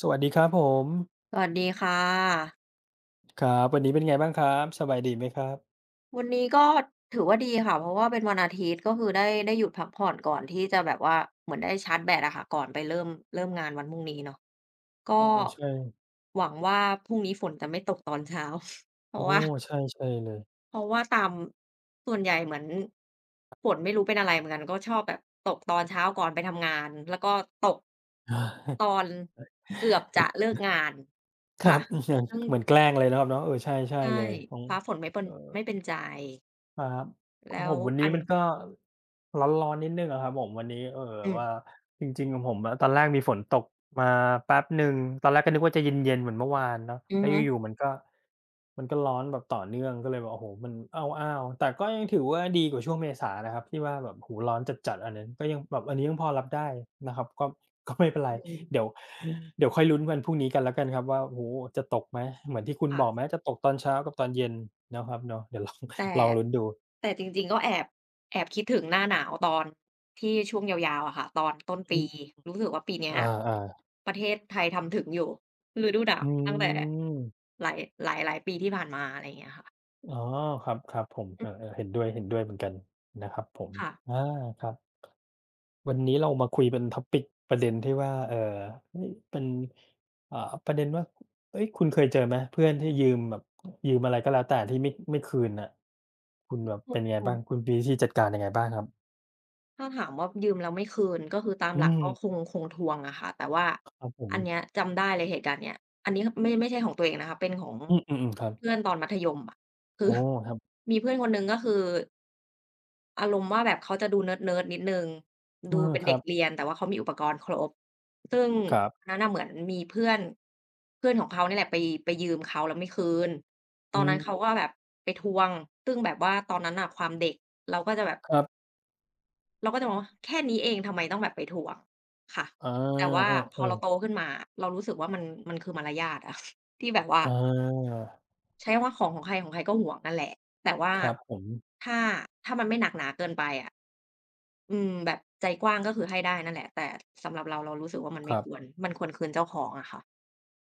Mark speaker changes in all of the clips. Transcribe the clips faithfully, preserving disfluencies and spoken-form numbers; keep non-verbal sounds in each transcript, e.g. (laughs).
Speaker 1: สวัสดีครับผม
Speaker 2: สวัสดีค่ะ
Speaker 1: ครับวันนี้เป็นไงบ้างครับสบายดีไหมครับ
Speaker 2: วันนี้ก็ถือว่าดีค่ะเพราะว่าเป็นวันอาทิตย์ก็คือได้ได้หยุดพักผ่อนก่อนที่จะแบบว่าเหมือนได้ชาร์จแบตอะค่ะก่อนไปเริ่มเริ่มงานวันพรุ่งนี้เนาะก็
Speaker 1: โอ้ใช่
Speaker 2: หวังว่าพรุ่งนี้ฝนจะไม่ตกตอนเช้า (laughs) เพ
Speaker 1: โอ้
Speaker 2: ราะว่า
Speaker 1: ใช่ใช่เลย
Speaker 2: เพราะว่าตามส่วนใหญ่เหมือนฝนไม่รู้เป็นอะไรเหมือนกันก็ชอบแบบตกตอนเช้าก่อนไปทำงานแล้วก็ตกตอนเกือบจะเลิกงาน
Speaker 1: (gasps) ครั
Speaker 2: ค่ะ
Speaker 1: บ (laughs) อืออย่าง
Speaker 2: ซึ่ง
Speaker 1: เหมือนแกล้งเลยนะครับเนาะเออใช่ใช่
Speaker 2: ใช่
Speaker 1: เลยของ
Speaker 2: ฟ้าฝนไม่เป็น
Speaker 1: เอ่อ
Speaker 2: ไม่เป็นใจ
Speaker 1: ครับของ
Speaker 2: แล้
Speaker 1: ผ
Speaker 2: ว
Speaker 1: มวัน
Speaker 2: อั
Speaker 1: นี้
Speaker 2: น
Speaker 1: มันก็ร้อนๆนิดหนึ่งอะครับผมวันนี้เอ่อ
Speaker 2: อืม
Speaker 1: ว่าจริงๆของผมอะตอนแรกมีฝนตกมาแป๊บหนึ่งตอนแรกก็นึกว่าจะเย็นๆเหมือนเมื่อวานเนาะ
Speaker 2: อือ
Speaker 1: แล้ว
Speaker 2: ฮึ
Speaker 1: อยู่ๆมันก็ มันก็ร้อนแบบต่อเนื่องก็เลยแบบโอ้โหมันอ้าวๆแต่ก็ยังถือว่าดีกว่าช่วงเมษานะครับที่ว่าแบบโอ้โฮร้อนจัดๆอันนั้นก็ยังแบบอันนี้ยังพอรับได้นะครับก็ (laughs) ก็ไม่เป็นไร
Speaker 2: อืม
Speaker 1: เดี๋ยวเดี๋ยวค่อยลุ้นวันพรุ่งนี้กันแล้วกันครับว่าโอ้โหจะตกไหมเหมือนที่คุณบอกไห
Speaker 2: ค่ะ
Speaker 1: มจะตกตอนเช้ากับตอนเย็นนะครับเนาะเดี๋ยว (laughs) ลอง
Speaker 2: แต่
Speaker 1: ลองลุ้นดู
Speaker 2: แต่จริงๆก็แอบแอบคิดถึงหน้าหนาวตอนที่ช่วงยาวๆอะค่ะตอนต้น
Speaker 1: อื
Speaker 2: ปี
Speaker 1: ม
Speaker 2: รู้สึกว่าปีเนี้ย
Speaker 1: อาอา
Speaker 2: ประเทศไทยทำถึงอยู่ฤดูหนาว
Speaker 1: อื
Speaker 2: ตั้งแต่
Speaker 1: ม
Speaker 2: หลายหลายหลายปีที่ผ่านมาอะไรอย่างเงี้ยค่ะ
Speaker 1: อ๋อครับครับผมเอ
Speaker 2: อื
Speaker 1: อ
Speaker 2: ม
Speaker 1: ๆเห็นด้วยเหนด้วยเหมือนกันนะครับผม
Speaker 2: ค่ะ
Speaker 1: อาครับ วันนี้เรามาคุยเป็นท็อปิกประเด็นที่ว่าเออเฮ้ยเป็นอ่าประเด็นว่าเอ้ยคุณเคยเจอไหมเพื่อนที่ยืมแบบยืมอะไรก็แล้วแต่ที่ไม่ไม่คืนน่ะคุณแบบ
Speaker 2: อื
Speaker 1: เป็
Speaker 2: อ
Speaker 1: นไง
Speaker 2: อื
Speaker 1: บ้า
Speaker 2: อ
Speaker 1: งคุณมีวิธีจัดการยังไงบ้างครับ
Speaker 2: ถ้าถามว่ายืมแล้วไม่คืนก็คือตามห
Speaker 1: อื
Speaker 2: ลัก
Speaker 1: ม
Speaker 2: ก็คงคงทวงอะค่ะแต่ว่า
Speaker 1: ครับผ
Speaker 2: อันเนี้
Speaker 1: ม
Speaker 2: ยจำได้เลยเหตุการณ์เนี้ยอันนี้ไม่ไม่ใช่ของตัวเองนะคะเป็นของ
Speaker 1: อือๆๆครับ
Speaker 2: เพื่อนตอนมัธยมอะคื
Speaker 1: อ๋
Speaker 2: อ
Speaker 1: อครับ
Speaker 2: (laughs) มีเพื่อนคนหนึ่งก็คืออารมณ์ว่าแบบเขาจะดูเนิร์ดๆนิดหนึ่ง
Speaker 1: เออ
Speaker 2: ดูเป็น
Speaker 1: ครั
Speaker 2: เด็ก
Speaker 1: บ
Speaker 2: เรียนแต่ว่าเขามีอุปกรณ์ครบซึ่ง
Speaker 1: ครั
Speaker 2: อั
Speaker 1: บ
Speaker 2: นนั้นน่ะเหมือนมีเพื่อนเพื่อนของเขาเนี่ยแหละไปไปยืมเขาแล้วไม่คืนตอ
Speaker 1: อื
Speaker 2: น
Speaker 1: ม
Speaker 2: นั้นเขาก็แบบไปทวงซึ่งแบบว่าตอนนั้นน่ะความเด็กเราก็จะแบบ
Speaker 1: ครับ
Speaker 2: เราก็จะมองว่าแค่นี้เองทำไมต้องแบบไปทวงค่ะ
Speaker 1: อา
Speaker 2: แต่ว่าพ
Speaker 1: เอ
Speaker 2: อเราโต
Speaker 1: อ
Speaker 2: ขึ้นมาเรารู้สึกว่ามันมันคือมารยาทอะ (laughs) ที่แบบว่า
Speaker 1: ๆอา
Speaker 2: ใช้คำว่าของของใครของใครก็หวงนั่นแหละแต่ว่า
Speaker 1: ครับผม
Speaker 2: ถ้าถ้ามันไม่หนักหนาเกินไปอะอืมแบบใจกว้างก็คือให้ได้นั่นแหละแต่สำหรับเราเรารู้สึกว่ามัน
Speaker 1: ค
Speaker 2: ไม่
Speaker 1: รั
Speaker 2: ควร
Speaker 1: บ
Speaker 2: มันควรคืนเจ้าของอะค่ะ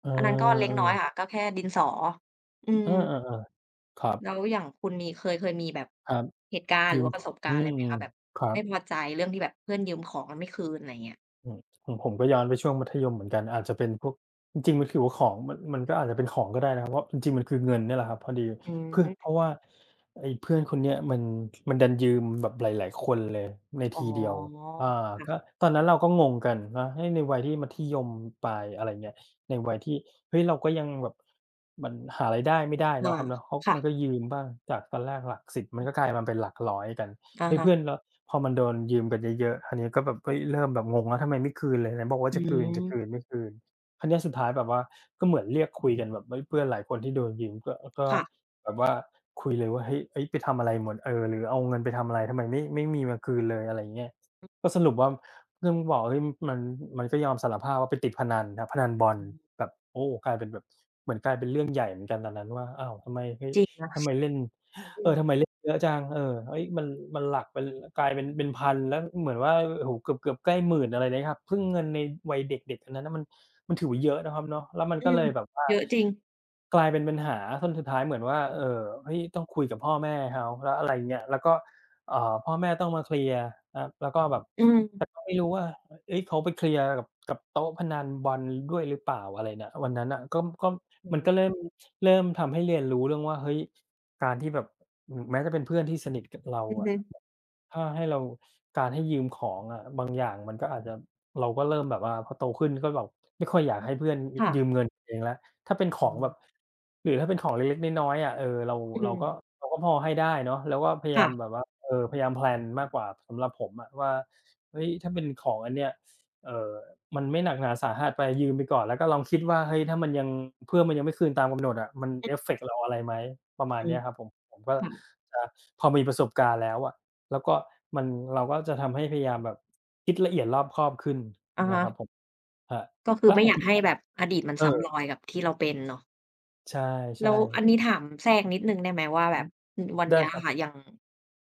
Speaker 1: เออ
Speaker 2: อันนั้นก็เล็กน้อยค่ะ
Speaker 1: ๆ
Speaker 2: ก็แค่ดินสออื
Speaker 1: เอ
Speaker 2: ม
Speaker 1: อๆๆครับ
Speaker 2: แล้วอย่างคุณมีเคยเคยมีแบบ
Speaker 1: ครับ
Speaker 2: เหตุการณ์ห
Speaker 1: ยื
Speaker 2: รือ
Speaker 1: ม
Speaker 2: ว่าป
Speaker 1: ข
Speaker 2: ระสบการ
Speaker 1: อื
Speaker 2: ณ์อะไรไหม
Speaker 1: ม
Speaker 2: คะแบบ
Speaker 1: ครับ
Speaker 2: ไม่พอใจเรื่องที่แบบเพื่อนยืมของแล้วไม่คืนอะไรอย่างเงี้ย
Speaker 1: อืมของผมก็ย้อนไปช่วงมัธยมเหมือนกันอาจจะเป็นพวกจริงๆมันคือว่าของมันมันก็อาจจะเป็นของก็ได้นะครับเพราะจริงๆมันคือเงินเนี่ยแหละครับพอดี
Speaker 2: อื
Speaker 1: เพื่อนเพ
Speaker 2: ม
Speaker 1: ราะว่าไอ้เพื่อนคนเนี้ยมันมันดันยืมแบบหลายๆคนเลยใน
Speaker 2: อ๋อ
Speaker 1: ทีเดียวอ่า
Speaker 2: ค่ะ
Speaker 1: ก็ตอนนั้นเราก็งงกันนะเฮ้ยในวัยที่มัธยมปลายอะไรเงี้ยในวัยที่เฮ้ยเราก็ยังแบบมันหารายได้ไม่ได้เนาะ
Speaker 2: อา
Speaker 1: ครับเนาะเขา
Speaker 2: ค่ะ
Speaker 1: มันก็ยืมบ้างจากตอนแรกหลักสิบมัน
Speaker 2: อ
Speaker 1: ก็กลายมาเป็นหลักร้อยกัน
Speaker 2: ะ
Speaker 1: เฮ้ยเพื่อน
Speaker 2: ฮะ
Speaker 1: แล้วพอมันโดนยืมกันเยอะๆอันนี้ก็แบบเฮ้ยเริ่มแบบงงแล้วทำไมไม่คืนเลยไหนบอกว่า
Speaker 2: อื
Speaker 1: จะคืน
Speaker 2: ม
Speaker 1: จะคืนไม่คืนคราวเนี้ยสุดท้ายแบบว่าก็เหมือนเรียกคุยกันแบบเฮ้ยเพื่อนหลายคนที่โดนยืมก็ก็
Speaker 2: ค่ะ
Speaker 1: แบบว่าคุยเลยว่าเฮ้ยเฮ้ยไปทำอะไรหมดเออหรือเอาเงินไปทำอะไรทำไมไม่ไม่มีมาคืนเลยอะไรอย่างเงี้ยก็สรุปว่าเพื่อนก็บอกเฮ้ยมันมันก็ยอมสารภาพว่าไปติดพนันครับพนันบอล
Speaker 2: อืม
Speaker 1: แบบโอ้กลายเป็นแบบเหมือนกลายเป็นเรื่องใหญ่เหมือนกันตอนนั้นว่าอ้าวทำไมเฮ้ย
Speaker 2: จริงนะ
Speaker 1: ทำไมเล่น
Speaker 2: อื
Speaker 1: เออ
Speaker 2: ม
Speaker 1: ทำไมเล่น เยอะจังเออเฮ้ยมันมันหลักเป็นกลายเป็นเป็นพันแล้วเหมือนว่าโอ้โฮเกือบเกือบใกล้หมื่นอะไรเงี้ยครับซึ่งเงินในวัยเด็กๆอันนั้นน่ะมันมันถือว่าเยอะนะครับเนาะแล้วมัน
Speaker 2: อื
Speaker 1: ก็
Speaker 2: ม
Speaker 1: เลยแบบว่า
Speaker 2: เยอะจริง
Speaker 1: กลายเป็นปัญหาจนสุดท้ายเหมือนว่าเอ่อเฮ้ยต้องคุยกับพ่อแม่เขาแล้วอะไรเงี้ยแล้วก็เอ่อพ่อแม่ต้องมาเคลียร์ครับแล้วก็แบบ
Speaker 2: อืม
Speaker 1: แต่ก็ไม่รู้ว่าเฮ้ยเขาไปเคลียร์กับกับโต๊ะพนันบอลด้วยหรือเปล่าอะไรเนี่ยวันนั้นน่ะก็ก็
Speaker 2: โอื
Speaker 1: มันก็เริ่
Speaker 2: ม
Speaker 1: มเริ่มทำให้เรียนรู้เรื่องว่าเฮ้ยการที่แบบถึงแม้จะเป็นเพื่อนที่สนิทกับเรา
Speaker 2: อือ
Speaker 1: อะ
Speaker 2: ฮึ
Speaker 1: ถ้าให้เราการให้ยืมของอะบางอย่างมันก็อาจจะเราก็เริ่มแบบว่าพอโตขึ้นก็แบบไม่ค่อยอยากให้เพื่อนยยืม
Speaker 2: ค่ะ
Speaker 1: เงินเองแล้วถ้าเป็นข
Speaker 2: อื
Speaker 1: องแบบ
Speaker 2: ม
Speaker 1: หรือถ้าเป็นของเล็กๆน้อยๆอะเออเรา
Speaker 2: อื
Speaker 1: เราก็
Speaker 2: ม
Speaker 1: เราก็พอให้ได้เนาะแล้วก็พยายา
Speaker 2: ค่ะ
Speaker 1: มแบบว่าเออพยายามแพลนมากกว่าสำหรับผมอะว่าเฮ้ยถ้าเป็นของอันเนี้ยเอ่อมันไม่หนักหนาสาหัสไปยืมไปก่อนแล้วก็ลองคิดว่าเฮ้ยถ้ามันยังเพื่อนมันยังไม่คืนตามกำหนดอะมันเอฟเฟกต์เราอะไรไหมประมาณ
Speaker 2: อื
Speaker 1: เนี้
Speaker 2: ม
Speaker 1: ยครับผมผมก็
Speaker 2: ค่ะ
Speaker 1: จะพอมีประสบการณ์แล้วอะ แล้วก็มันเราก็จะทำให้พยายามแบบคิดละเอียดรอบคอบขึ้น
Speaker 2: อะ
Speaker 1: นะ
Speaker 2: ฮะ
Speaker 1: ครับผมครับ
Speaker 2: ก็คือ
Speaker 1: แล้วข
Speaker 2: ไม่
Speaker 1: อง
Speaker 2: อยา
Speaker 1: คุ
Speaker 2: ก
Speaker 1: ณ
Speaker 2: ให้แบบอดีตมัน
Speaker 1: เออ
Speaker 2: ซ้ำรอยกับที่เราเป็นเนาะ
Speaker 1: ใช่
Speaker 2: แล้วอัน
Speaker 1: ๆ
Speaker 2: นี้ถามแทรกนิดหนึ่งได้ไหมว่า
Speaker 1: อื
Speaker 2: แบบ
Speaker 1: อ
Speaker 2: อืมวัน
Speaker 1: ได้
Speaker 2: เนี้ย
Speaker 1: ครับ
Speaker 2: ค่ะอย่าง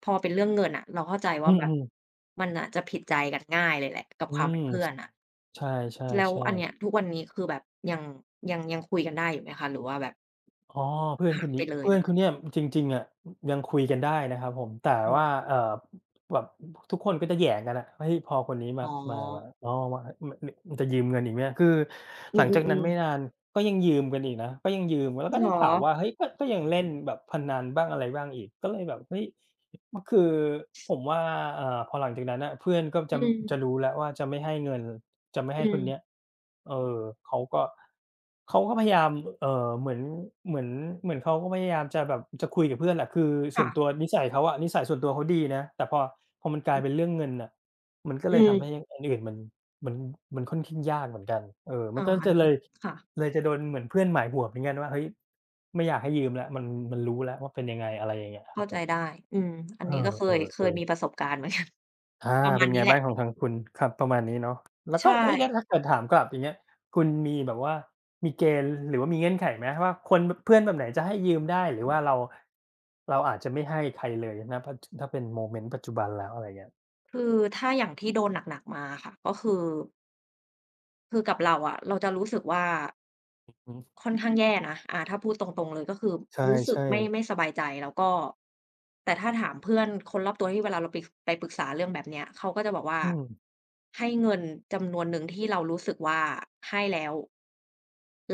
Speaker 2: พอเป็นเรื่องเงินอะเราเข้าใจ
Speaker 1: อื
Speaker 2: ว่าแบบ
Speaker 1: มๆ
Speaker 2: มันน่ะจะผิดใจกันง่ายเลยแหละกับ
Speaker 1: อื
Speaker 2: ความ
Speaker 1: ม
Speaker 2: เป็นเพื่อนอะ
Speaker 1: ใช่
Speaker 2: แล้วอัน
Speaker 1: ๆ
Speaker 2: เนี้ย
Speaker 1: ๆ
Speaker 2: ทุกวันนี้คือแบบยังยังยังคุยกันได้อยู่ไหมคะหรือว่าแบบ
Speaker 1: อ๋อเพื่อน
Speaker 2: ห่า
Speaker 1: ค
Speaker 2: ง
Speaker 1: น
Speaker 2: ไป
Speaker 1: นี้
Speaker 2: เลย
Speaker 1: เพื่อ
Speaker 2: ไร
Speaker 1: นคนเนี้ยจริงๆอะยังคุยกันได้นะครับผมแต่
Speaker 2: อื
Speaker 1: ว่า
Speaker 2: ม
Speaker 1: เอ่อแบบทุกคนก็จะแหย่งกันอะเฮ้ยพอคนนี้มา
Speaker 2: อ๋อ
Speaker 1: มามาอ๋อมามมมันจะยืมเงินอีกไหมคือ
Speaker 2: อื
Speaker 1: หลังจากนั้น
Speaker 2: ม
Speaker 1: ไม่
Speaker 2: ๆ
Speaker 1: นา
Speaker 2: ๆ
Speaker 1: นก็ยังยืมกันอีกนะก็ยังยืมแล้วก็
Speaker 2: เหร
Speaker 1: ได้
Speaker 2: อ
Speaker 1: ข่าวว่าเฮ้ยก็ก็ยังเล่นแบบพนันบ้างอะไรบ้างอีกก็เลยแบบเฮ้ยก็คือผมว่าเอ่อพอหลังจากนั้นน่ะเพื่อนก็
Speaker 2: อื
Speaker 1: จะ
Speaker 2: ม
Speaker 1: จะรู้แล้วว่าจะไม่ให้เงิน จะไม่
Speaker 2: อื
Speaker 1: ให้คนเนี้ย
Speaker 2: ม
Speaker 1: เออเขาก็เขาก็พยายามเอ่อเหมือนเหมือนเหมือนเขาก็พยายามจะแบบจะคุยกับเพื่อนแหละคือส่วน
Speaker 2: ค่ะ
Speaker 1: ตัวนิสัยเขาอะนิสัยส่วนตัวเขาดีนะแต่พอพอมันกลายเป็นเรื่องเงินน่ะมันก็เล
Speaker 2: อื
Speaker 1: ย
Speaker 2: ม
Speaker 1: ทำให้อันอื่นมันมันมันค่อนข้างยากเหมือนกันเออมัน
Speaker 2: อา
Speaker 1: ก็
Speaker 2: อัน
Speaker 1: จะเล
Speaker 2: นี้
Speaker 1: ย
Speaker 2: ค่ะ
Speaker 1: เลยจะโดนเหมือนเพื่อนหมายหัวเหมือนกันว่าเฮ้ยไม่อยากให้ยืมแล้วมันมันรู้แล้วว่าเป็นยังไงอะไรอย่างเงี้ยครับ
Speaker 2: เข้า
Speaker 1: ผ
Speaker 2: ใจ
Speaker 1: ม
Speaker 2: ได้อืมอั
Speaker 1: เอ
Speaker 2: นนี้ก็เคยเคย
Speaker 1: อ
Speaker 2: มี
Speaker 1: ๆๆ
Speaker 2: ประสบการณ์ (laughs) เหมือนกัน
Speaker 1: อา
Speaker 2: ประมา
Speaker 1: เป็
Speaker 2: ณ
Speaker 1: นไง
Speaker 2: นี้แห
Speaker 1: บ้า
Speaker 2: ละ
Speaker 1: งของทางคุณครับประมาณนี้เนาะแล้วก็
Speaker 2: ใช่
Speaker 1: เอ๊ยแล้วถ้าเกิดถามกลับอย่างเงี้ยคุณมีแบบว่ามีเกณฑ์หรือว่ามีเงื่อนไขไหมว่าคนเพื่อนแบบไหนจะให้ยืมได้หรือว่าเราเราอาจจะไม่ให้ใครเลยณปัจถ้าเป็นโมเมนต์ปัจจุบันแล้วอะไรเงี้ย
Speaker 2: คือถ้าอย่างที่โดนหนักๆมาอะค่ะก็คือคือกับเราอะเราจะรู้สึกว่า
Speaker 1: อือฮึ
Speaker 2: ค่อนข้างแย่นะอ่าถ้าพูดตรงๆเลยก็คือ
Speaker 1: ใ
Speaker 2: รู้สึก
Speaker 1: ช่
Speaker 2: ไม่ไม่สบายใจแล้วก็แต่ถ้าถามเพื่อนคนรอบตัวที่เวลาเราไปไปปรึกษาเรื่องแบบเนี้ยเขาก็จะบอกว่า
Speaker 1: ๆอืม
Speaker 2: ให้เงินจำนวนหนึ่งที่เรารู้สึกว่าให้แล้ว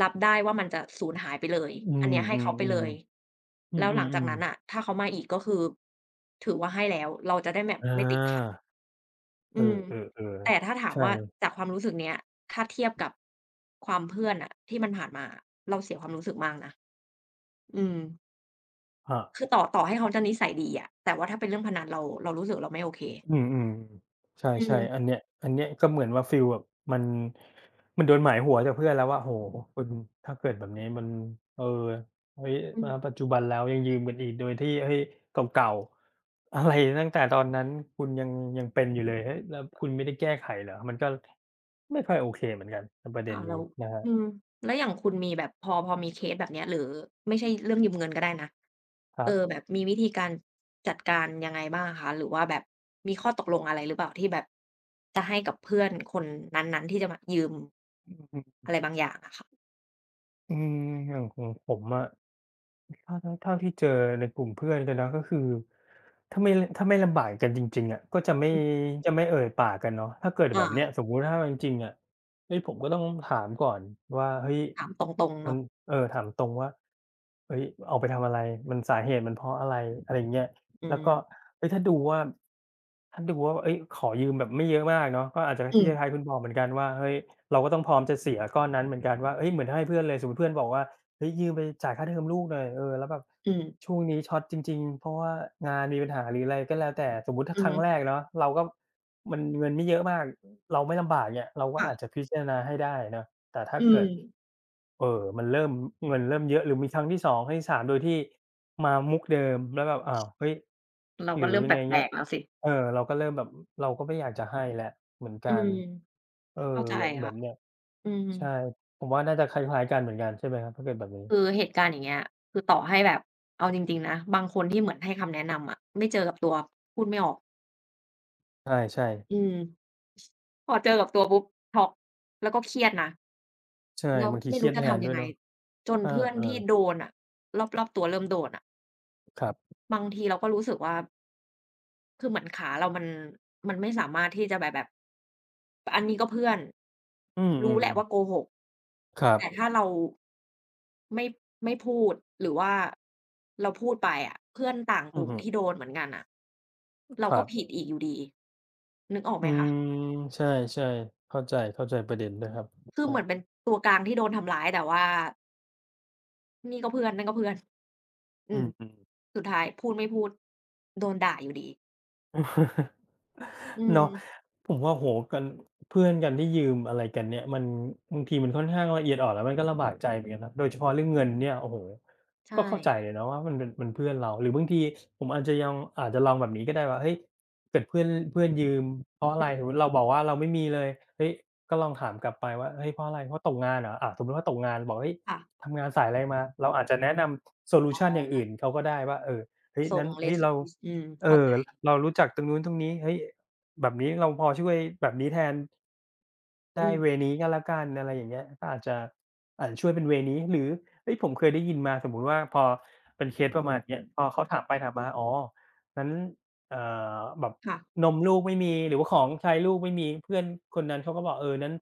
Speaker 2: รับได้ว่ามันจะสูญหายไปเลย
Speaker 1: อื
Speaker 2: อันเนี้ยให้
Speaker 1: ม
Speaker 2: เขาไปเลย
Speaker 1: ๆๆอื
Speaker 2: แล้วหลังจาก
Speaker 1: อ
Speaker 2: นั้
Speaker 1: ๆ
Speaker 2: นน่ะ
Speaker 1: ๆ
Speaker 2: ถ้าเขามาอีกก็คือถือว่าให้แล้วเราจะได้แบบ
Speaker 1: อ
Speaker 2: ไม่ติดคาง
Speaker 1: าเอ
Speaker 2: อื
Speaker 1: อ
Speaker 2: มแต่
Speaker 1: ๆ
Speaker 2: ถ้า
Speaker 1: ๆ
Speaker 2: ถาม
Speaker 1: ใช่
Speaker 2: ว่าจากความรู้สึกเนี้ยถ้าเทียบกับความเพื่อนอะที่มันผ่านมาเราเสียความรู้สึกมากนะอืม
Speaker 1: ครับ
Speaker 2: คือต่อต่อให้เขาจะนิสัยดีอะแต่ว่าถ้าเป็นเรื่องพนันเราเรารู้สึกเราไม่โอเค
Speaker 1: อืมอืมใช่
Speaker 2: อื
Speaker 1: ใช่
Speaker 2: ม
Speaker 1: อันเนี้ยอันเนี้ยก็เหมือนว่าฟิลแบบมันมันโดนหมายหัวจากเพื่อนแล้วว่าโหคุณถ้าเกิดแบบนี้มันเออเฮ้ย
Speaker 2: อืม
Speaker 1: มาปัจจุบันแล้วยังยืมกันอีกโดยที่เฮ้ยเก่าๆอะไรตั้งแต่ตอนนั้นคุณยังยังเป็นอยู่เลยเฮ้ยแล้วคุณไม่ได้แก้ไขเหรอมันก็ไม่ค่อยโอเคเหมือนกันในประเด็น
Speaker 2: ค่ะแล้
Speaker 1: นี้
Speaker 2: ว
Speaker 1: นะครั
Speaker 2: อื
Speaker 1: บ
Speaker 2: มแล้วอย่างคุณมีแบบพอพอมีเคสแบบเนี้ยหรือไม่ใช่เรื่องยืมเงินก็ได้นะ
Speaker 1: ครั
Speaker 2: เอ
Speaker 1: บ
Speaker 2: อแบบมีวิธีการจัดการยังไงบ้างคะหรือว่าแบบมีข้อตกลงอะไรหรือเปล่าที่แบบจะให้กับเพื่อนคนนั้นๆที่จะมายืม
Speaker 1: อืม
Speaker 2: อะไรบางอย่างอะค่ะ
Speaker 1: อืมอย่างของผมอะ เท่าเท่าเท่าที่เจอในกลุ่มเพื่อนกันนะก็คือถ้าไม่ถ้าไม่ลำบากกันจริงๆอะก็จะไม่
Speaker 2: อืม
Speaker 1: จะไม่เอ่ยปากกันเนาะถ้าเกิดแบ
Speaker 2: อา
Speaker 1: บเนี้ยสมมุติถ้าเอาจริงๆอะเฮ้ยผมก็ต้องถามก่อนว่าเฮ้ย
Speaker 2: ถามตรงๆ
Speaker 1: มัน
Speaker 2: เนาะ
Speaker 1: เอ่อถามตรงว่าเฮ้ยเอาไปทำอะไรมันสาเหตุมันเพราะอะไรอะไรอย่างเงี้ย
Speaker 2: อื
Speaker 1: แล้ว
Speaker 2: ม
Speaker 1: ก็เฮ้ยถ้าดูว่าถ้าดูว่าเฮ้ยขอยืมแบบไม่เยอะมากเนาะก็อาจจะ
Speaker 2: อื
Speaker 1: ที่
Speaker 2: ม
Speaker 1: คล้ายๆคุณบอกเหมือนกันว่าเฮ้ยเราก็ต้องพร้อมจะเสียก้อนนั้นเหมือนกันว่าเฮ้ยเหมือนให้เพื่อนเลยสมมุติเพื่อนบอกว่า เฮ้ยยืมไปจ่ายค่าเทอมลูกหน่อยเออแล้วแบบ
Speaker 2: อืม
Speaker 1: ช่วงนี้ช็อตจริงๆเพราะว่างานมีปัญหาหรืออะไรก็แล้วแต่สมมุติถ้า
Speaker 2: อื
Speaker 1: ค
Speaker 2: อ
Speaker 1: รั้
Speaker 2: ฮึ
Speaker 1: งแรกเนาะเราก็มันเงินไม่เยอะมากเราไม่ลำบากเนี่ยเราก็
Speaker 2: ค่ะ
Speaker 1: อาจจะพิจารณาให้ได้เนาะแต่ถ้า
Speaker 2: อื
Speaker 1: เกิ
Speaker 2: ม
Speaker 1: ดเอ่อมันเริ่มเงินเริ่มเยอะหรือมีครั้งที่สองครั้งที่สามโดยที่มามุกเดิมแล้วแบบอ้าวเฮ้ย
Speaker 2: เรา
Speaker 1: ห
Speaker 2: ก็
Speaker 1: รือ
Speaker 2: เริ่ม
Speaker 1: ยัง
Speaker 2: แป
Speaker 1: ไง
Speaker 2: ล
Speaker 1: เนี่ย
Speaker 2: กๆแล้วสิ
Speaker 1: เออเราก็เริ่มแบบเราก็ไม่อยากจะให้แล้วเหมือน
Speaker 2: อื
Speaker 1: กัน
Speaker 2: ม
Speaker 1: เออ
Speaker 2: เข้าใจ
Speaker 1: อย่างแบ
Speaker 2: ค่ะ
Speaker 1: บเนี้ย
Speaker 2: อืม
Speaker 1: ใช่ผมว่าน่าจะคล้ายๆกันเหมือนกันใช่ไหมครับถ้าเกิดแบบนี้
Speaker 2: คือเหตุการณ์อย่างเงี้ยคือต่อให้แบบเอาจริงๆนะบางคนที่เหมือนให้คำแนะนำอะไม่เจอกับตัวพูดไม่ออก
Speaker 1: ใช่ใช่
Speaker 2: อืมพอเจอกับตัวปุ๊บช็อกแล้วก็เครียดนะ
Speaker 1: ใช่
Speaker 2: แล้ว
Speaker 1: บางที
Speaker 2: ไม่
Speaker 1: เครี
Speaker 2: รู้
Speaker 1: ยดแท
Speaker 2: จะ
Speaker 1: น
Speaker 2: ทำ
Speaker 1: ด้
Speaker 2: ยั
Speaker 1: ว
Speaker 2: ง
Speaker 1: ย
Speaker 2: ไง
Speaker 1: เนาะ
Speaker 2: จน
Speaker 1: อา
Speaker 2: เพื่อน
Speaker 1: เออ
Speaker 2: ที่โดนอะรอบๆตัวเริ่มโดนอะ
Speaker 1: ครับ
Speaker 2: บางทีเราก็รู้สึกว่า คือเหมือนขาเรามันมันไม่สามารถที่จะแบบแบบอันนี้ก็เพื่อน
Speaker 1: อื
Speaker 2: รู้
Speaker 1: ม
Speaker 2: แหละว่าโก
Speaker 1: ๆ
Speaker 2: หก
Speaker 1: ครับ
Speaker 2: แต่ถ้าเราไม่ไม่พูดหรือว่าเราพูดไปอะเพื่อนต่างก
Speaker 1: อือ
Speaker 2: ลุ่ม
Speaker 1: ฮึ
Speaker 2: ที่โดนเหมือนกันน่ะ
Speaker 1: ค
Speaker 2: เรา
Speaker 1: รั
Speaker 2: ก็ผิด
Speaker 1: บ
Speaker 2: อีกอยู่ดีนึกออกไห
Speaker 1: อื
Speaker 2: มคะ
Speaker 1: มใช่ๆเข้าใจเข้าใจประเด็นด้วยครับ
Speaker 2: คื
Speaker 1: ค
Speaker 2: อ
Speaker 1: รั
Speaker 2: เห
Speaker 1: บ
Speaker 2: มือนเป็นตัวกลางที่โดนทำร้ายแต่ว่านี่ก็เพื่อนนั่นก็เพื่อนอื
Speaker 1: อื
Speaker 2: ม
Speaker 1: ม
Speaker 2: สุดท้ายพูดไม่พูดโดนด่าอยู่ดี
Speaker 1: (laughs) ๆ
Speaker 2: อื
Speaker 1: เนาะ
Speaker 2: ม
Speaker 1: ผมว่าโอ้โฮกันเพื่อนกันที่ยืมอะไรกันเนี่ยมันบางทีมันค่อนข้างละเอียดอ่อนแล้วมันก็ลำบากใจเหมือนกันนะโดยเฉพาะเรื่องเงินเนี่ยโอ้โฮก็
Speaker 2: ใช่
Speaker 1: เข้าใจเลยนะว่ามันเป็นมันเพื่อนเราหรือบางทีผมอาจจะยังอาจจะลองแบบนี้ก็ได้ว่าเฮ้ยเกิดเพื่อนเพื่อนยืมเพราะอะ
Speaker 2: อื
Speaker 1: ไรสมมุติ
Speaker 2: ม
Speaker 1: เราบอกว่าเราไม่มีเลยเฮ้ยก็ลองถามกลับไปว่าเฮ้ยเพราะอะไรเพราะตกงานเหรออาสมมุติว่าตกงานบอกเฮ้ย
Speaker 2: ค่ะ
Speaker 1: ทำงานสายอะไรมาเราอาจจะแนะนำโซลู
Speaker 2: อ๋
Speaker 1: ชันอย่างอื่น
Speaker 2: อ
Speaker 1: เขาก็ได้ว่าเออเฮ้ย
Speaker 2: ส่
Speaker 1: นั้
Speaker 2: ง
Speaker 1: นเฮ้ยเรา
Speaker 2: resume อืมเข้า
Speaker 1: เอ่อ
Speaker 2: ใจ
Speaker 1: เรารู้จักตรงนู้นตรงนี้เฮ้ย แบบนี้เราพอช่วยแบบนี้แทน
Speaker 2: อื
Speaker 1: ได้เว
Speaker 2: ม
Speaker 1: นี้ก็แล้วกันอะไรอย่างเงี้ยก็อาจจะอาจจะช่วยเป็นเวนี้หรือเฮ้ยผมเคยได้ยินมาสมมุติว่าพอเป็นเคสประมาณเนี้ยพอเขาถามไปถามมาอ๋องั้นเอ่อแบบ
Speaker 2: ค่ะ
Speaker 1: นมลูกไม่มีหรือว่าของใช้ลูกไม่มีเพื่อนคนนั้นเขาก็บอกเอองั้น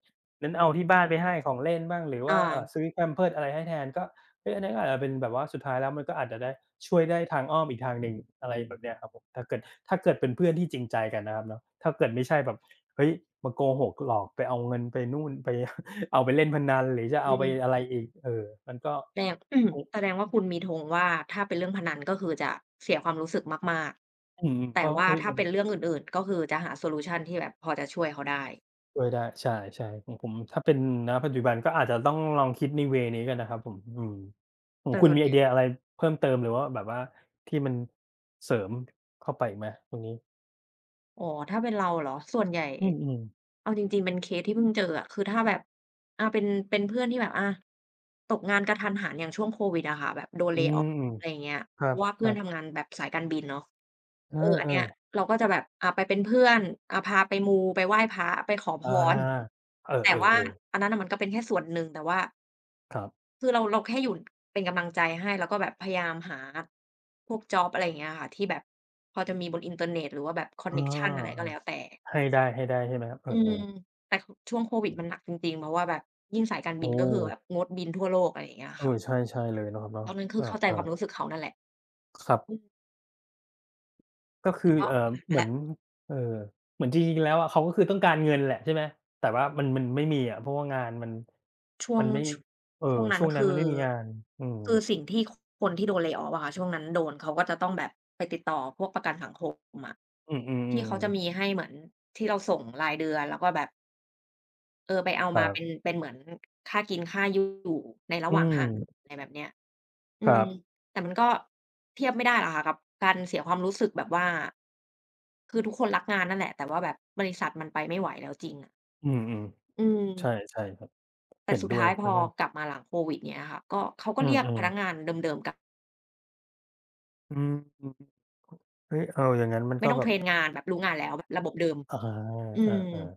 Speaker 1: งั้นเอาที่บ้านไปให้ของเล่นบ้างหรือว่าเอ่อ
Speaker 2: อา
Speaker 1: ซื้อ แพมเพิร์ส อะไรให้แทนก็เฮ้ยอันนั้นก็อาจจะเป็นแบบว่าสุดท้ายแล้วมันก็อาจจะได้ช่วยได้ทางอ้อมอีกทางหนึ่งอะไรแบบเนี้ยครับผมถ้าเกิดถ้าเกิดเป็นเพื่อนที่จริงใจกันนะครับเนาะถ้าเกิดไม่ใช่แบบ เฮ้ยมาโกหกหลอกไปเอาเงินไปนู่นไป (laughs) เอาไปเล่นพนันหรือจะ
Speaker 2: อื
Speaker 1: เอาไปอะไร
Speaker 2: ม
Speaker 1: อีกเออมันก็
Speaker 2: แสดงอืม
Speaker 1: อ
Speaker 2: (clears throat) แสดงว่าคุณมีธงว่าถ้าเป็นเรื่องพนันก็คือจะเสียความรู้สึกมาก
Speaker 1: อืม
Speaker 2: ๆ
Speaker 1: เพ
Speaker 2: แต่
Speaker 1: ราะ
Speaker 2: ว่า
Speaker 1: เฮ้ย
Speaker 2: ถ้า
Speaker 1: มัน
Speaker 2: เป็นเรื่องอื่นๆก็คือจะหาโซลูชันที่แบบพอจะช่วยเขาได้
Speaker 1: ช่วยได้ใช่ๆของผมถ้าเป็นณปัจจุบันก็อาจจะต้องลองคิดในเวย์นี้กันนะครับผมอืมของ
Speaker 2: แต่
Speaker 1: คุณ
Speaker 2: ส่วน
Speaker 1: มีไอเดียอะไรเพิ่มเติมหรือว่าแบบว่าที่มันเสริมเข้าไปอีกไหมตรงนี้
Speaker 2: อ๋อถ้าเป็นเราเหรอส่วนใหญ่
Speaker 1: อืมๆ
Speaker 2: เอาจริงๆเป็นเคสที่เพิ่งเจออะคือถ้าแบบอาเป็นเป็นเพื่อนที่แบบอาตกงานกะทันหันอย่างช่วงโควิดอะค่ะแบบโดน
Speaker 1: อื
Speaker 2: lay off
Speaker 1: ม
Speaker 2: อะไรอย่างเงี้ย
Speaker 1: คร
Speaker 2: เพราะว่าเพื่อ
Speaker 1: ั
Speaker 2: น
Speaker 1: บ
Speaker 2: ทำงา
Speaker 1: ๆ
Speaker 2: นแบบสายการบินเนาะ
Speaker 1: เ
Speaker 2: เอออั
Speaker 1: อ
Speaker 2: นเนี้ย
Speaker 1: อ
Speaker 2: เราก็จะแบบอ่าไปเป็นเพื่อนอ่าพาไปมูไปไหว้พระไปขอ
Speaker 1: ๆ
Speaker 2: พ
Speaker 1: อา
Speaker 2: ร
Speaker 1: เอ
Speaker 2: แต่ว่า
Speaker 1: อๆ
Speaker 2: อั
Speaker 1: ๆ
Speaker 2: นนั้นน่ะมันก็เป็นแค่ส่วนหนึ่งแต่ว่า
Speaker 1: ครับ
Speaker 2: คือเราเราแค่อยู่เป็นกำลังใจให้แล้วก็แบบพยายามหาพวกจ็อบอะไรอย่างเงี้ยค่ะที่แบบพอจะมีบนอินเทอร์เน็ตหรือว่าแบบคอ
Speaker 1: เอ
Speaker 2: นเน็กชันอะไรก็
Speaker 1: า
Speaker 2: แล้วแต่
Speaker 1: ๆให้ได้ๆใช่ไหมครับเอ
Speaker 2: อืม
Speaker 1: อ
Speaker 2: แต่คช่วงโควิดมันหนักจริงๆเพราะว่าแบบยิ่งสายการ
Speaker 1: ๆ
Speaker 2: บิน
Speaker 1: โอ้
Speaker 2: ก็คือแบบงดบินทั่วโลกอะไรอย่างเงี้ย
Speaker 1: เอ
Speaker 2: ค่ะ
Speaker 1: อใช่ใช่เลยเนาะครับ
Speaker 2: ตอนนั้นคือ
Speaker 1: เนาะ
Speaker 2: เข้าใจ
Speaker 1: อา
Speaker 2: ความรู้
Speaker 1: ๆ
Speaker 2: สึกเขานั่นแหละ
Speaker 1: ครับ
Speaker 2: อืม
Speaker 1: ก็คื
Speaker 2: แต่
Speaker 1: อ
Speaker 2: ก็
Speaker 1: เอ่อ
Speaker 2: ผ่าน
Speaker 1: เห
Speaker 2: มา
Speaker 1: มือ
Speaker 2: แล้
Speaker 1: น
Speaker 2: ว
Speaker 1: เอ่อเหมือนจริงๆแล้วอะเขาก็คือต้องการเงินแหละใช่ไหมแต่ว่ามันมันไม่มีอะเพราะว่างานมัน
Speaker 2: ช่ว
Speaker 1: มั
Speaker 2: ง
Speaker 1: นไม่
Speaker 2: ช
Speaker 1: เอ่อ
Speaker 2: ช่วงนั้
Speaker 1: ช่
Speaker 2: น
Speaker 1: วงนั้น
Speaker 2: คื
Speaker 1: มัน
Speaker 2: อ
Speaker 1: ไม่มีงานอืม
Speaker 2: คือสิ่งที่คนที่โดน lay off อะค่ะช่วงนั้นโดนเขาก็จะต้องแบบไปติดต่อพวกประกันสังคมอะ
Speaker 1: อืม
Speaker 2: ที่เขาจะ
Speaker 1: ๆ
Speaker 2: มี
Speaker 1: ๆๆ
Speaker 2: ให้เหมือนที่เราส่งรายเดือนแล้วก็แบบเออไปเอา
Speaker 1: ครั
Speaker 2: มาเป็น
Speaker 1: บ
Speaker 2: เป็นเหมือนค่ากินค่าอยู่ในระ
Speaker 1: อื
Speaker 2: หว่างทาง
Speaker 1: ม
Speaker 2: อะไรแบบเนี้ยอื
Speaker 1: ครั
Speaker 2: ม
Speaker 1: บ
Speaker 2: แต่มันก็เทียบไม่ได้หรอกค่ะกับการเสียความรู้สึกแบบว่าคือทุกคนรักงานนั่นแหละแต่ว่าแบบบริษัทมันไปไม่ไหวแล้วจริงอะ
Speaker 1: อืม
Speaker 2: อืม
Speaker 1: ๆใช่ใช่ครับ
Speaker 2: แต่
Speaker 1: เห็น
Speaker 2: สุด
Speaker 1: ด้วย
Speaker 2: ท้ายพ
Speaker 1: นะ
Speaker 2: อ
Speaker 1: ครับ
Speaker 2: กลับมาหลังโควิดเงี้ยค่ะก็เขาก็
Speaker 1: อื
Speaker 2: เรียกพ
Speaker 1: ม
Speaker 2: นัก
Speaker 1: ๆ
Speaker 2: งานเดิมๆกลับ
Speaker 1: อืมเฮ้ยเอออย่างงั้นมัน
Speaker 2: ไม่
Speaker 1: ก็
Speaker 2: ต้อง
Speaker 1: แบ
Speaker 2: เท
Speaker 1: บ
Speaker 2: รนงานแบบรู้งานแล้วแบบระบบเดิม
Speaker 1: อา
Speaker 2: อื
Speaker 1: เอ
Speaker 2: ม
Speaker 1: อๆ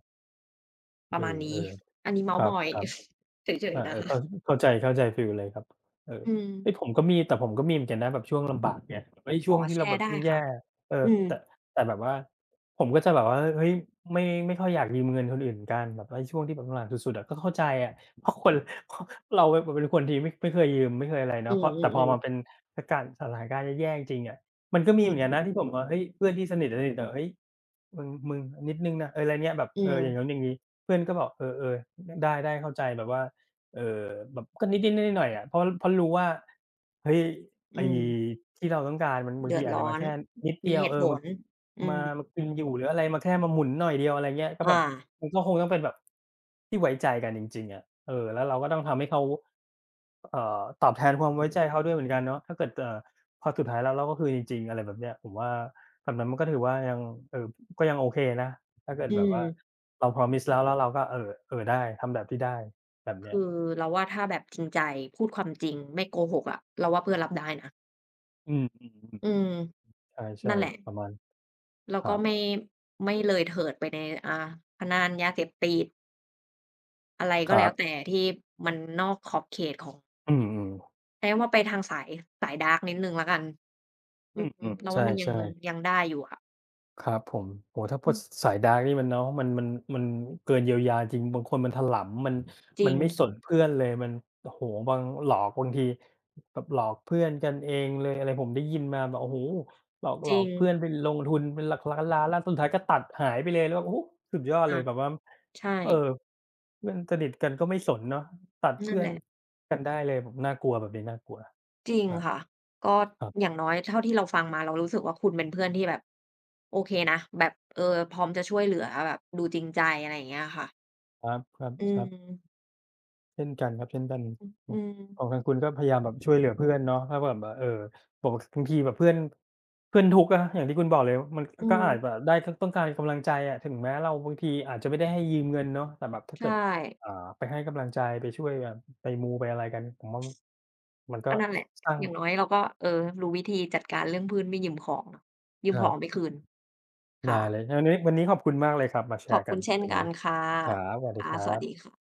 Speaker 2: ป
Speaker 1: เอ
Speaker 2: ระมาณนี้
Speaker 1: อ
Speaker 2: อันนี้
Speaker 1: ๆ
Speaker 2: เมา
Speaker 1: ค
Speaker 2: ท์
Speaker 1: รั
Speaker 2: ม
Speaker 1: บ
Speaker 2: อย
Speaker 1: ๆ อ
Speaker 2: (laughs) เฉย
Speaker 1: า
Speaker 2: ๆ
Speaker 1: เอ
Speaker 2: นะ
Speaker 1: อ
Speaker 2: คะ
Speaker 1: เข้าเข้าใจเข้าใจฟีลเลยครับเออ
Speaker 2: อืม
Speaker 1: เฮ้ยผมก็มีแต่ผมก็มีเหมือนกันนะแบบช่วงลำบากเนี่ยเฮ้ยช่
Speaker 2: อ๋อ
Speaker 1: วงที่
Speaker 2: แช
Speaker 1: เราแบ
Speaker 2: ร์
Speaker 1: บ
Speaker 2: ได้ค่ะ
Speaker 1: แย่ๆเออ
Speaker 2: อืม
Speaker 1: แต่แต่แบบว่าผมก็จะแบบว่าเฮ้ยไม่ไม่ค่อยอยากยืมเงินคนอื่นกันแบบว่าช่วงที่แบบลำบากสุดๆอะก็เข้าใจอะเพราะคน (laughs) เพราะเราแบบเป็นคนที่ไม่ไม่เคยยืมไม่เคยอะไร
Speaker 2: อื
Speaker 1: เนาะเพราะแต่พอ
Speaker 2: อๆ
Speaker 1: มาเป็น
Speaker 2: ๆ
Speaker 1: สถานสถานการณ์แย่ๆจริงๆอะมันก็มี
Speaker 2: อื
Speaker 1: เหมือนกัน
Speaker 2: ม
Speaker 1: นะที่ผมว่าเฮ้ยเพื่อนที่สนิทสนิทแต่เฮ้ยมึงมึงนิดหนึ่งนะเอออะไรเงี้ยแบบ
Speaker 2: อื
Speaker 1: เอออย่างงั้น
Speaker 2: ม
Speaker 1: อย่างงี้เพื่อนก็บอกเออๆได้ๆเข้าใจแบบว่า เอ่อแบบก็นิดๆหน่อยๆอะเพราะเพราะรู้ว่าเฮ้ย
Speaker 2: อื
Speaker 1: ไอ้
Speaker 2: ม
Speaker 1: ที่เราต้องการมันบาง
Speaker 2: เดื
Speaker 1: ที
Speaker 2: อด
Speaker 1: อาจจะ
Speaker 2: ร้อ
Speaker 1: มา
Speaker 2: น
Speaker 1: แค่นิด
Speaker 2: มี
Speaker 1: เดียว
Speaker 2: เห
Speaker 1: เอ
Speaker 2: ตุ
Speaker 1: อ
Speaker 2: ผ
Speaker 1: มา
Speaker 2: ลอื
Speaker 1: มา
Speaker 2: ม
Speaker 1: มากินอยู่หรืออะไรมาแค่มาหมุนหน่อยเดียวอะไรเงี้ยก็แบ
Speaker 2: อา
Speaker 1: บมันก็คงต้องเป็นแบบที่ไว้ใจกันจริงๆอะเออแล้วเราก็ต้องทำให้เขาเอ่อตอบแทนความไว้ใจเขาด้วยเหมือนกันเนาะถ้าเกิดเอ่อพอสุดท้ายแล้วเราก็คือจริงๆอะไรแบบเนี้ยผมว่าแบบนั้นมันก็ถือว่ายังเอ่อก็ยังโอเคนะถ้าเกิด
Speaker 2: อื
Speaker 1: แบบว่า
Speaker 2: ม
Speaker 1: เรา promise แล้วแล้วเราก็เอ่อเอ่อได้ทำแบบที่ได้แบบเนี้ย
Speaker 2: คือเราว่าถ้าแบบจริงใจพูดความจริงไม่โกหกอะเราว่าเพื่อนรับได้นะ
Speaker 1: อืม
Speaker 2: อืม
Speaker 1: ๆๆใช่
Speaker 2: นั่นแหละ
Speaker 1: ๆประมาณ
Speaker 2: แล้
Speaker 1: ค
Speaker 2: วก็
Speaker 1: รับ
Speaker 2: ไม่ไม่เลยเถิดไปในอ่าพนันยาเสพติดอะไร
Speaker 1: ค
Speaker 2: ก็
Speaker 1: รั
Speaker 2: แล้
Speaker 1: บ
Speaker 2: วแต่ที่มันนอกขอบเขตของ
Speaker 1: อืม
Speaker 2: ใช้คำว่าไปทางสายสายดาร์กนิดหนึ่งแล้วกัน
Speaker 1: ๆ
Speaker 2: อื
Speaker 1: อื
Speaker 2: ม
Speaker 1: ม
Speaker 2: เรา
Speaker 1: ๆใช
Speaker 2: ว่ามันยัง
Speaker 1: ่ๆ
Speaker 2: ยังได้อยู่ค่ะ
Speaker 1: ครับผมโอ้โฮถ้าพ
Speaker 2: อื
Speaker 1: วก
Speaker 2: ม
Speaker 1: สสายดาร์กนี่มันเนาะมันมันมันเกินเยียวยาจริงบางคนมันถลำมัน
Speaker 2: จ
Speaker 1: มั
Speaker 2: ริ
Speaker 1: น
Speaker 2: ง
Speaker 1: ไม่สนเพื่อนเลยมันโอ้โฮบางหลอกบางทีแบบหลอกเพื่อนกันเองเลยอะไรผมได้ยินมาแบบโอ้โฮหลอกห
Speaker 2: จ
Speaker 1: ลอ
Speaker 2: ริ
Speaker 1: ก
Speaker 2: ง
Speaker 1: เพื่อนไปลงทุนเป็นหลักล้านล้านแล้วสุดท้ายก็ตัดหายไปเลยแล้วแบบโอ้โฮสุดยอดเล
Speaker 2: ค่ะ
Speaker 1: ยแบบว่า
Speaker 2: ใช่
Speaker 1: เออเพื่อนสนิทกันก็ไม่สนเนาะตัด
Speaker 2: นั่
Speaker 1: เพื่
Speaker 2: น
Speaker 1: อน
Speaker 2: แหละ
Speaker 1: กันได้เลยแบบน่ากลัวแบบนี้น่ากลัว
Speaker 2: จริง
Speaker 1: ครับ
Speaker 2: ค่ะก็
Speaker 1: ครั
Speaker 2: อย่า
Speaker 1: บ
Speaker 2: งน้อยเท่าที่เราฟังมาเรารู้สึกว่าคุณเป็นเพื่อนที่แบบโอเคนะแบบเออพร้อมจะช่วยเหลือแบบดูจริงใจอะไรอย่างเงี้ยค่ะ
Speaker 1: ครับครับ
Speaker 2: อื
Speaker 1: ครับ
Speaker 2: ม
Speaker 1: เช่นกันครับเช่นกันข
Speaker 2: อื
Speaker 1: อง
Speaker 2: ม
Speaker 1: ของทางคุณก็พยายามแบบช่วยเหลือเพื่อนเนาะถ้าแบบว่าเอ่อบอกบางทีแบบเพื่อนเพื่อนทุกข์อะอย่างที่คุณบอกเลยมัน
Speaker 2: อื
Speaker 1: ก็อาจแบบ
Speaker 2: ม
Speaker 1: ได้ตต้องการกำลังใจอะถึงแม้เราบางทีอาจจะไม่ได้ให้ยืมเงินเนาะแต่แบบถ้าเกิ
Speaker 2: ใช่
Speaker 1: ดอ่าไปให้กำลังใจไปช่วยแบบไปมูไปอะไรกันผมว่ามันก็
Speaker 2: ก็นั่นแหละ
Speaker 1: สร้าง
Speaker 2: อย่างน้อยเราก็เออรู้วิธีจัดการเรื่องเพื่อนไม่ยืมของเนาะยื
Speaker 1: ค
Speaker 2: ม
Speaker 1: รั
Speaker 2: ของไม่
Speaker 1: บ
Speaker 2: คืนค่ะ
Speaker 1: ได้เลยงั้นวันนี้วันนี้ขอบคุณมากเลยครับมาแช
Speaker 2: ขอบ
Speaker 1: ร์กั
Speaker 2: คุ
Speaker 1: น
Speaker 2: ณเช่น
Speaker 1: ตรง
Speaker 2: กั
Speaker 1: นี้
Speaker 2: นค่ะ
Speaker 1: ครับสวัสดี
Speaker 2: ค่ะ
Speaker 1: ค
Speaker 2: ส
Speaker 1: รั
Speaker 2: วัสดี
Speaker 1: บ
Speaker 2: ค่ะ